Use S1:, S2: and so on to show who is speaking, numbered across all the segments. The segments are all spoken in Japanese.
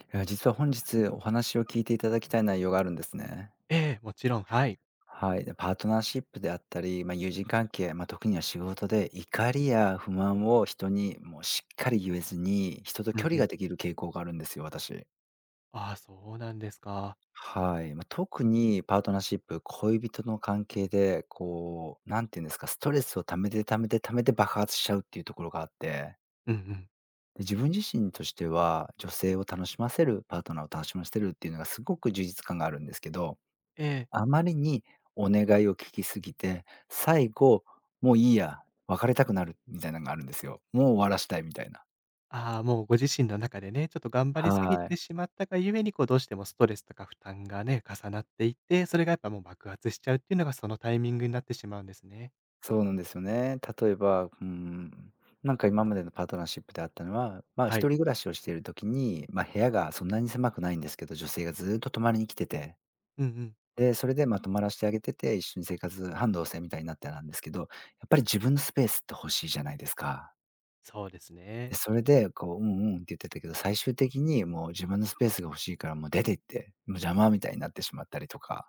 S1: いや、実は本日お話を聞いていただきたい内容があるんですね。
S2: ええ、もちろん、はい。
S1: はい。で、パートナーシップであったり、友人関係、特には仕事で怒りや不満を人にもうしっかり言えずに、人と
S2: うん
S1: 距離
S2: うん。
S1: ができる傾向があるんですよ、私。
S2: ああ、そうなんですか。
S1: はい。特にパートナーシップ、恋人の関係で、なんていうんですか、ストレスを溜めて溜めて溜めて爆発しちゃうっていうところがあって、
S2: うんうん。
S1: で、自分自身としては、女性を楽しませる、パートナーを楽しませるっていうのがすごく充実感があるんですけど
S2: ええ。
S1: あまりにお願いを聞きすぎて、最後、もういいや、別れたくなるみたいなのがあるんですよ。もう終わらしたいみたいな。
S2: ああ、もうご自身の中でね、ちょっと頑張りすぎ
S1: は
S2: て
S1: い。
S2: しまったがゆえに、こうどうしてもストレスとか負担がね、重なっていって、それがやっぱもう爆発しちゃうっていうのがそのタイミングになってしまうんですね。
S1: そうなんですよね。例えば、なんか今までのパートナーシップであったのは、
S2: は
S1: 一
S2: い。
S1: 人暮らしをしている時に、部屋がそんなに狭くないんですけど、女性がずっと泊まりに来てて、
S2: うんうん、
S1: で、それで、泊まらせてあげてて、一緒に生活半同棲みたいになってなんですけど、やっぱり自分のスペースって欲しいじゃないですか。
S2: そうです
S1: で、
S2: ね。
S1: それで、うんうんって言ってたけど、最終的にもう自分のスペースが欲しいからもう出て行って、もう邪魔みたいになってしまったりとか、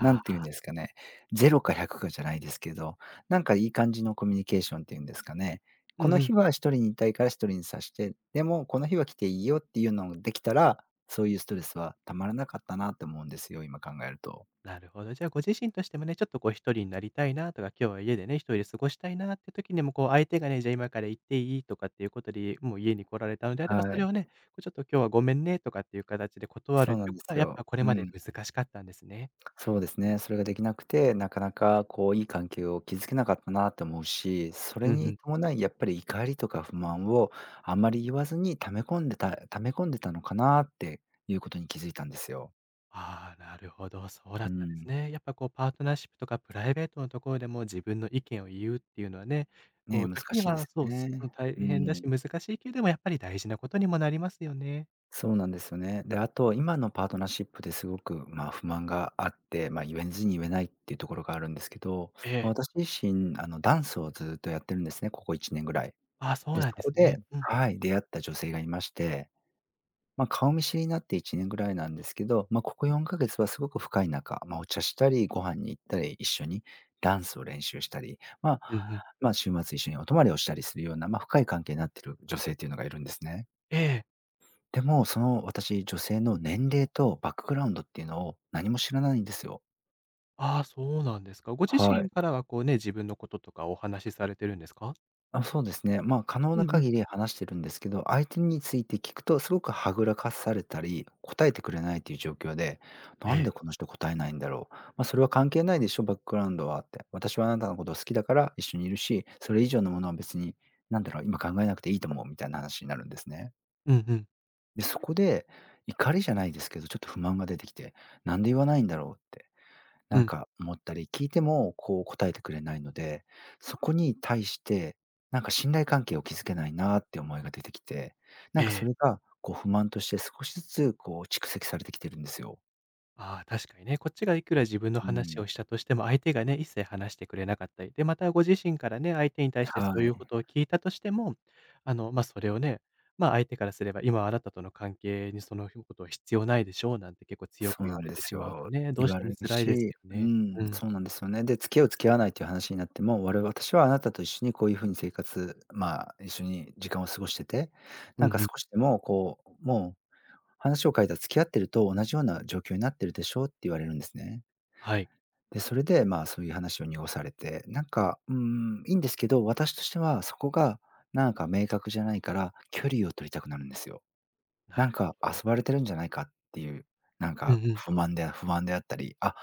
S1: なんて言うん
S2: あ、
S1: ですかね、ゼロか100かじゃないですけど、なんかいい感じのコミュニケーションっていうんですかね。
S2: う
S1: こ
S2: ん
S1: の
S2: うん。
S1: 日は一人にいたいから一人にさして、でもこの日は来ていいよっていうのができたら、そういうストレスは溜まらなかったなって思うんですよ、今考えると。
S2: なるほど。じゃあ、ご自身としてもね、ちょっとこう一人になりたいなとか、今日は家でね、一人で過ごしたいなって時にも、こう相手がね、じゃあ今から行っていいとかっていうことで、もう家に来られたのであれば、そ
S1: は
S2: れ
S1: い。
S2: をね、こうちょっと今日はごめんねとかっていう形で断る
S1: そ
S2: っ
S1: うな
S2: ていう
S1: んで
S2: ことは、
S1: す
S2: やっぱ
S1: よ。
S2: これ
S1: う
S2: まで
S1: ん、
S2: 難しかったんですね。
S1: そうですね。それができなくて、なかなかいい関係を築けなかったなと思うし、そ
S2: う
S1: れ
S2: んう
S1: に
S2: ん。
S1: 伴いやっぱり怒りとか不満をあんまり言わずに溜め込んでた溜め込んでたのかなっていうことに気づいたんですよ。
S2: ああ、なるほど。そうだ
S1: う
S2: ったんです
S1: ん。
S2: ね。やっぱこうパートナーシップとかプライベートのところでも自分の意見を言うっていうのはね、
S1: ね
S2: こ
S1: え、
S2: う
S1: 難
S2: 時に
S1: しいで
S2: は
S1: す
S2: そう、す
S1: ね。
S2: 大
S1: う
S2: 変だし
S1: ん。
S2: 難しいけれども、やっぱり大事なことにもなりますよね。
S1: そうなんですよね。で、あと今のパートナーシップですごく、不満があって、言えずに言えないっていうところがあるんですけど、
S2: ええ。
S1: 私自身ダンスをずっとやってるんですね、ここ1年ぐらい。
S2: ああ、そう
S1: で、
S2: なん
S1: そ
S2: で
S1: こ
S2: すね。
S1: で
S2: うん。
S1: はい、出会った女性がいまして、顔見知りになって1年ぐらいなんですけど、ここ4か月はすごく深い仲、お茶したり、ご飯に行ったり、一緒にダンスを練習したり、
S2: うんうん。
S1: 週末一緒にお泊まりをしたりするような、深い関係になっている女性っていうのがいるんですね。
S2: ええ。
S1: でも、私、女性の年齢とバックグラウンドっていうのを何も知らないんですよ。
S2: ああ、そうなんですか。ご自
S1: は
S2: 身
S1: い。
S2: からはこうね、自分のこととかお話しされてるんですか？
S1: あ、そうですね。可能
S2: うん
S1: な
S2: うん。
S1: 限り話してるんですけど、相手について聞くとすごくはぐらかされたり、答えてくれないっていう状況で、
S2: え
S1: なん
S2: え。
S1: でこの人答えないんだろう。それは関係ないでしょ、バックグラウンドはって。私はあなたのこと好きだから一緒にいるし、それ以上のものは別に、なんだろう、今考えなくていいと思うみたいな話になるんですね。
S2: うんうん。
S1: で、そこで怒りじゃないですけど、ちょっと不満が出てきて、なんで言わないんだろうって。
S2: う
S1: なん
S2: ん。
S1: か思ったり、聞いても答えてくれないので、そこに対して、なんか信頼関係を築けないなって思いが出てきて、
S2: え
S1: なんかそれ
S2: え。
S1: が不満として少しずつ蓄積されてきてるんですよ。
S2: ああ、確かにね、こっちがいくら自分の
S1: う
S2: 話
S1: ん。
S2: をしたとしても、相手がね、一切話してくれなかったり、で、またご自身からね、相手に対し
S1: は
S2: てそういうこ
S1: い。
S2: とを聞いたとしても、あの、まあ、それをね、まあ、相手からすれば今あなたとの関係にそのことは必要ないでしょうなんて結構強く
S1: そう
S2: 言
S1: な
S2: わ
S1: ん
S2: れ
S1: で
S2: てし
S1: す
S2: まうと
S1: よ。
S2: ね、どう
S1: 言
S2: し
S1: わ
S2: て
S1: れ
S2: も
S1: る
S2: 辛いです
S1: し、
S2: よ
S1: う
S2: ね。う
S1: ん、
S2: ん。
S1: そうなんですよね。で、付き合う付き合わないっていう話になっても、私はあなたと一緒にこういう風に生活一緒に時間を過ごしてて、
S2: うん
S1: な
S2: う
S1: んか少
S2: ん。
S1: しでももう話を変えた付き合ってると同じような状況になってるでしょ」って言われるんですね。
S2: はい。
S1: で、それで、そういう話を濁されて、なんか、いいんですけど、私としてはそこがなんか明確じゃないから、距離を取りたくなるんですよ。
S2: な
S1: なん
S2: るほ
S1: か遊
S2: ど。
S1: ばれてるんじゃないかっていう、なん
S2: うん
S1: か
S2: うん。
S1: 不満であったり、あ、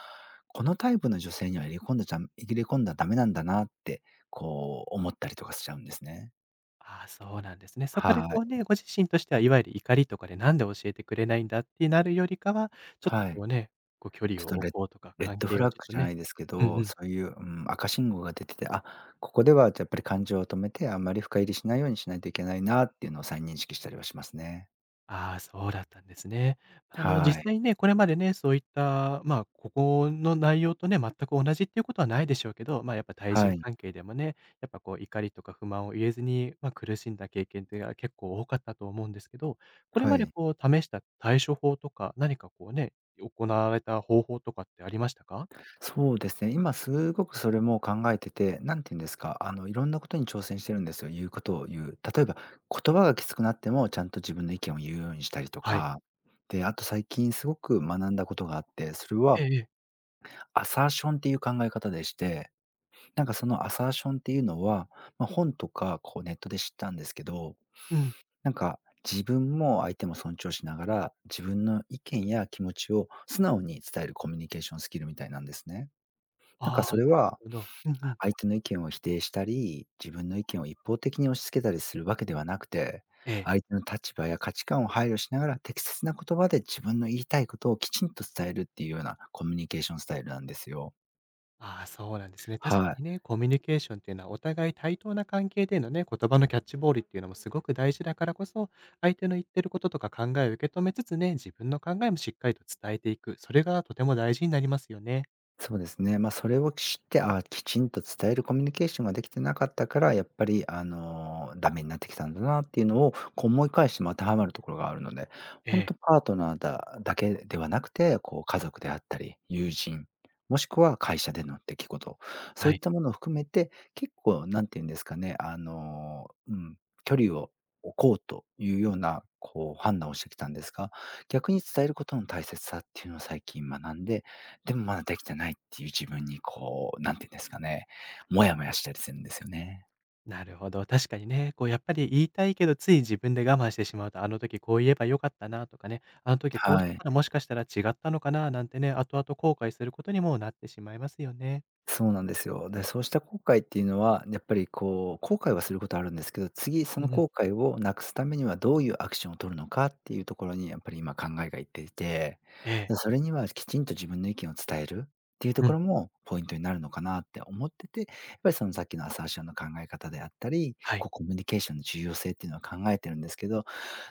S1: このタイプの女性には入れ込んだらダメなんだなって、こう思ったりとかしちゃうんですね。
S2: ああ、そうなんですね。そこで
S1: は
S2: こう
S1: い。
S2: ね、ご自身としてはいわゆる怒りとかでなんで教えてくれないんだってなるよりかは、ちょっと
S1: は
S2: こ
S1: い。
S2: うね、こう距
S1: ち
S2: 離を
S1: ょっと
S2: 置こうとか
S1: レッ
S2: 関
S1: ドフ
S2: 係を
S1: ラッ
S2: ちょっ
S1: グ
S2: と
S1: じゃな
S2: ね
S1: いですけ
S2: うんう
S1: ど、
S2: ん。
S1: そういう、うん、赤信号が出てて、あ、ここではやっぱり感情を止めて、あんまり深入りしないようにしないといけないなっていうのを再認識したりはしますね。
S2: ああ、そうだったんですね。あの、
S1: は
S2: 実
S1: い。
S2: 際にね、これまでね、そういった、まあ、ここの内容とね、全く同じっていうことはないでしょうけど、まあ、やっぱ対人
S1: はい。
S2: 関係でもね、やっぱこう、怒りとか不満を言えずに、まあ、苦しんだ経験っていうのが結構多かったと思うんですけど、これ
S1: は
S2: まで
S1: い。
S2: こう、試した対処法とか、何かこうね、行われた方法とかってありましたか？
S1: そうですね、今すごくそれも考えてて、なんて言うんですか、いろんなことに挑戦してるんですよ、言うことを言う。例えば、言葉がきつくなっても、ちゃんと自分の意見を言うようにしたりと
S2: はい。
S1: か。で、あと最近すごく学んだことがあって、それ
S2: え
S1: は
S2: えええ。
S1: アサーションっていう考え方でして、なんかそのアサーションっていうのは、本とかネットで知ったんですけど、
S2: うん。
S1: なんか自分も相手も尊重しながら、自分の意見や気持ちを素直に伝えるコミュニケーションスキルみたいなんですね。なん
S2: あ
S1: かそ
S2: あ、なる
S1: れは
S2: ほど。うんうん。
S1: 相手の意見を否定したり、自分の意見を一方的に押し付けたりするわけではなくて、
S2: ええ。
S1: 相手の立場や価値観を配慮しながら、適切な言葉で自分の言いたいことをきちんと伝えるっていうようなコミュニケーションスタイルなんですよ。
S2: ああ、そうなんですね。確か
S1: は
S2: に
S1: い。
S2: ね、コミュニケーションっていうのはお互い対等な関係でのね、言葉のキャッチボールっていうのもすごく大事だからこそ、相手の言ってることとか考えを受け止めつつね、自分の考えもしっかりと伝えていく。それがとても大事になりますよね。
S1: そうですね。それを知って、ああ、きちんと伝えるコミュニケーションができてなかったから、やっぱり、ダメになってきたんだなっていうのを、こう思い返しても当てはまるところがあるので、
S2: え
S1: 本
S2: え、
S1: 当パートナーだけではなくて、家族であったり、友人、もしくは会社での出来事、そ
S2: は
S1: ういっ
S2: い。
S1: たものを含めて、結構何て言うんですかね、うん、距離を置こうというような、判断をしてきたんですが、逆に伝えることの大切さっていうのを最近学んで、でもまだできてないっていう自分にこう、なんて言うんですかね、モヤモヤしたりするんですよね。
S2: なるほど。確かにね、こうやっぱり言いたいけど、つい自分で我慢してしまうと、あの時こう言えばよかったなとかね、あの時こうし
S1: はい。
S2: たらもしかしたら違ったのかななんてね、後々後悔することにもなってしまいますよね。
S1: そうなんですよ。で、そうした後悔っていうのは、やっぱりこう、後悔はすることあるんですけど、次
S2: う
S1: その
S2: んうん。
S1: 後悔をなくすためにはどういうアクションを取るのかっていうところにやっぱり今考えがいっていて、
S2: ええ。
S1: で、それにはきちんと自分の意見を伝えるっていうと
S2: う
S1: こ
S2: ん。
S1: ろもポイントになるのかなって思ってて、やっぱりそのさっきのアサーションの考え方であったり、
S2: はい。
S1: こうコミュニケーションの重要性っていうのは考えてるんですけど、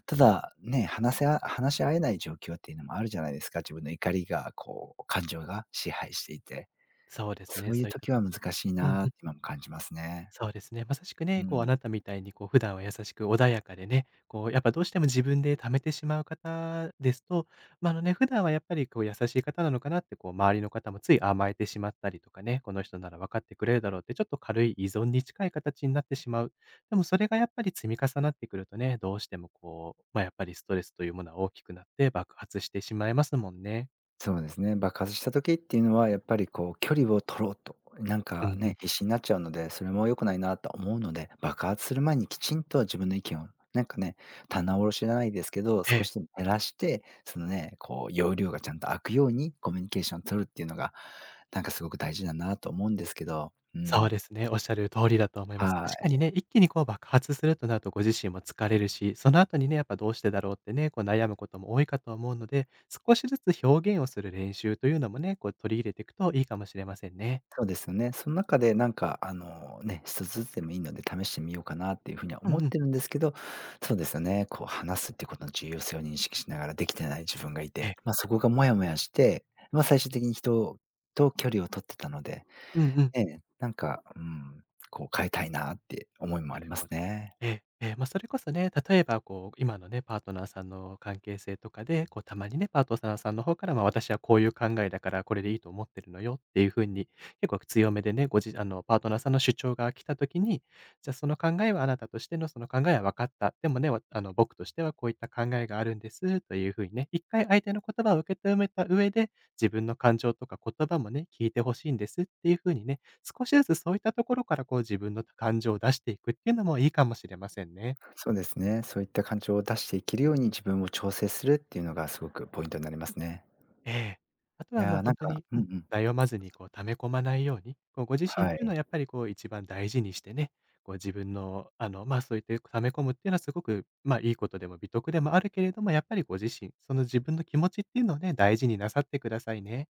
S1: ただ、ね、話せあ話し合えない状況っていうのもあるじゃないですか。自分の怒りがこう、感情が支配していて。
S2: そうです
S1: そ
S2: ね、
S1: うい
S2: そ
S1: う
S2: ういった
S1: 時は
S2: 時も
S1: 難しい
S2: うん
S1: な
S2: う
S1: っ
S2: ん、
S1: て今も感じますね。
S2: そうですね。まさしく
S1: う
S2: ね、こうあ
S1: ん、
S2: なたみたいにこう普段は優しく穏やかでね、こうやっぱどうしても自分で貯めてしまう方ですと、まあ、あのね、普段はやっぱりこう優しい方なのかなってこう周りの方もつい甘えてしまったりとかね、この人なら分かってくれるだろうってちょっと軽い依存に近い形になってしまう。でもそれがやっぱり積み重なってくるとね、どうしてもこう、まあ、やっぱりストレスというものは大きくなって爆発してしまいますもんね。
S1: そうですね。爆発した時っていうのは、やっぱりこう距離を取ろうと、なん
S2: う
S1: か
S2: んうん。
S1: ね、必死になっちゃうので、それも良くないなと思うので、爆発する前にきちんと自分の意見を、なんかね、棚卸しじゃないですけど、
S2: え
S1: 少
S2: え
S1: しでも減らして、そのね、こう容量がちゃんと空くようにコミュニケーションを取るっていうのが、なんかすごく大事だなと思うんですけど、う
S2: そうで
S1: ん。
S2: すね、おっしゃる通りだと思います。
S1: は
S2: 確か
S1: い。
S2: にね、一気にこう爆発するとなるとご自身も疲れるし、その後にね、やっぱどうしてだろうってね、こう悩むことも多いかと思うので、少しずつ表現をする練習というのもね、こう取り入れていくといいかもしれませんね。
S1: そうですよね。その中でなんか、一つずつでもいいので試してみようかなっていうふうには
S2: う
S1: 思
S2: ん
S1: っ
S2: うん。
S1: てるんですけど、そうですよね、こう話すっていうことの重要性を認識しながらできてない自分がい
S2: ええ。
S1: て、ま、そこがモヤモヤして、ま、最終的に人と距離を取ってたので、
S2: うんうん。
S1: ええ、なんか、うん、こう変えたいなって思いもあ
S2: な
S1: り
S2: る
S1: ます
S2: ほど。
S1: ね。
S2: ええ、ええ、まあ、それこそね、例えばこう、今のね、パートナーさんの関係性とかで、こう、たまにね、パートナーさんの方から、まあ、私はこういう考えだから、これでいいと思ってるのよっていう風に、結構強めでね、ごじあの、パートナーさんの主張が来た時に、じゃあ、その考えはあなたとしてのその考えは分かった。でもね、わあの、僕としてはこういった考えがあるんですという風にね、一回相手の言葉を受け止めた上で、自分の感情とか言葉もね、聞いてほしいんですっていう風にね、少しずつそういったところからこう自分の感情を出していくっていうのもいいかもしれませんね。
S1: そうですね、そういった感情を出していけるように自分を調整するっていうのがすごくポイントになりますね。
S2: ええ。あと
S1: い
S2: はもう
S1: や、な
S2: 本
S1: ん
S2: 当
S1: か
S2: に、
S1: う
S2: う
S1: ん
S2: ん、
S1: うん、
S2: 悩まずにこう溜め込まないように、こうご自身っ
S1: は
S2: ていうのは
S1: い。
S2: やっぱりこう一番大事にしてね、こう自分のあの、ま、あそういった溜め込むっていうのはすごく、ま、あいいことでも美徳でもあるけれども、やっぱりご自身、その自分の気持ちっていうのをね、大事になさってくださいね。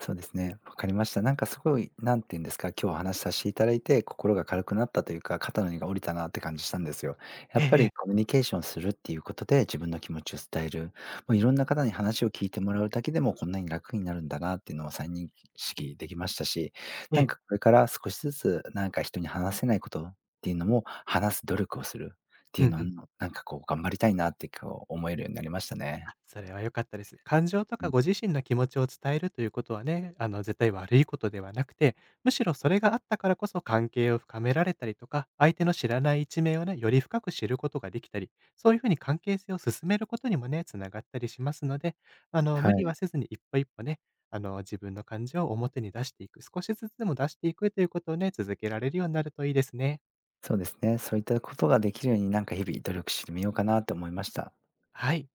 S1: そうですね、わかりました。なんかすごい、何て言うんですか、今日お話しさせていただいて、心が軽くなったというか、肩の荷が下りたなって感じしたんですよ。や
S2: ええ
S1: っぱ
S2: え
S1: り
S2: え、
S1: コミュニケーションするっていうことで、自分の気持ちを伝える。もういろんな方に話を聞いてもらうだけでも、こんなに楽になるんだなっていうのを再認識できましたし、
S2: え
S1: なん
S2: え。
S1: かこれから少しずつ、なんか人に話せないことっていうのも、話す努力をするって
S2: う
S1: いう
S2: ん
S1: のを
S2: うん。
S1: なんかこう頑張りたいなってこう思えるようになりましたね。
S2: あ、それは良かったです。感情と
S1: う
S2: か
S1: ん、
S2: ご自身の気持ちを伝えるということはね、あの絶対悪いことではなくて、むしろそれがあったからこそ関係を深められたりとか、相手の知らない一面をね、より深く知ることができたり、そういうふうに関係性を進めることにもね、つながったりしますので、あの、
S1: は
S2: 無理
S1: い。
S2: はせずに一歩一歩ね、あの、自分の感情を表に出していく、少しずつでも出していくということをね、続けられるようになるといいですね。
S1: そうですね。そういったことができるように、なんか日々努力してみようかなと思いました。
S2: はい。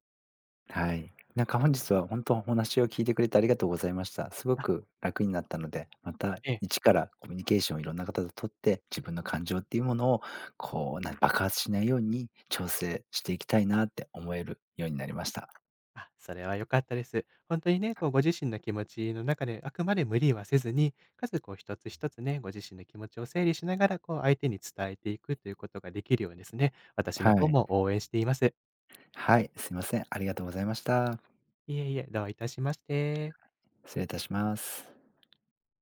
S1: はい。なんか本日は本当お話を聞いてくれてありがとうございました。すご
S2: あ、
S1: く楽になったので、また
S2: ええ。
S1: 一からコミュニケーションをいろんな方と取って、自分の感情っていうものを、こう、爆発しないように調整していきたいなって思えるようになりました。
S2: あ、それは良かったです。本当にね、こうご自身の気持ちの中であくまで無理はせずに、かつこう一つ一つね、ご自身の気持ちを整理しながら、こう相手に伝えていくということができるようですね、私の
S1: は
S2: 方
S1: い。
S2: も応援しています。
S1: はい、すいません。ありがとうございました。
S2: いえいえ、どういたしまして。
S1: 失礼いたします。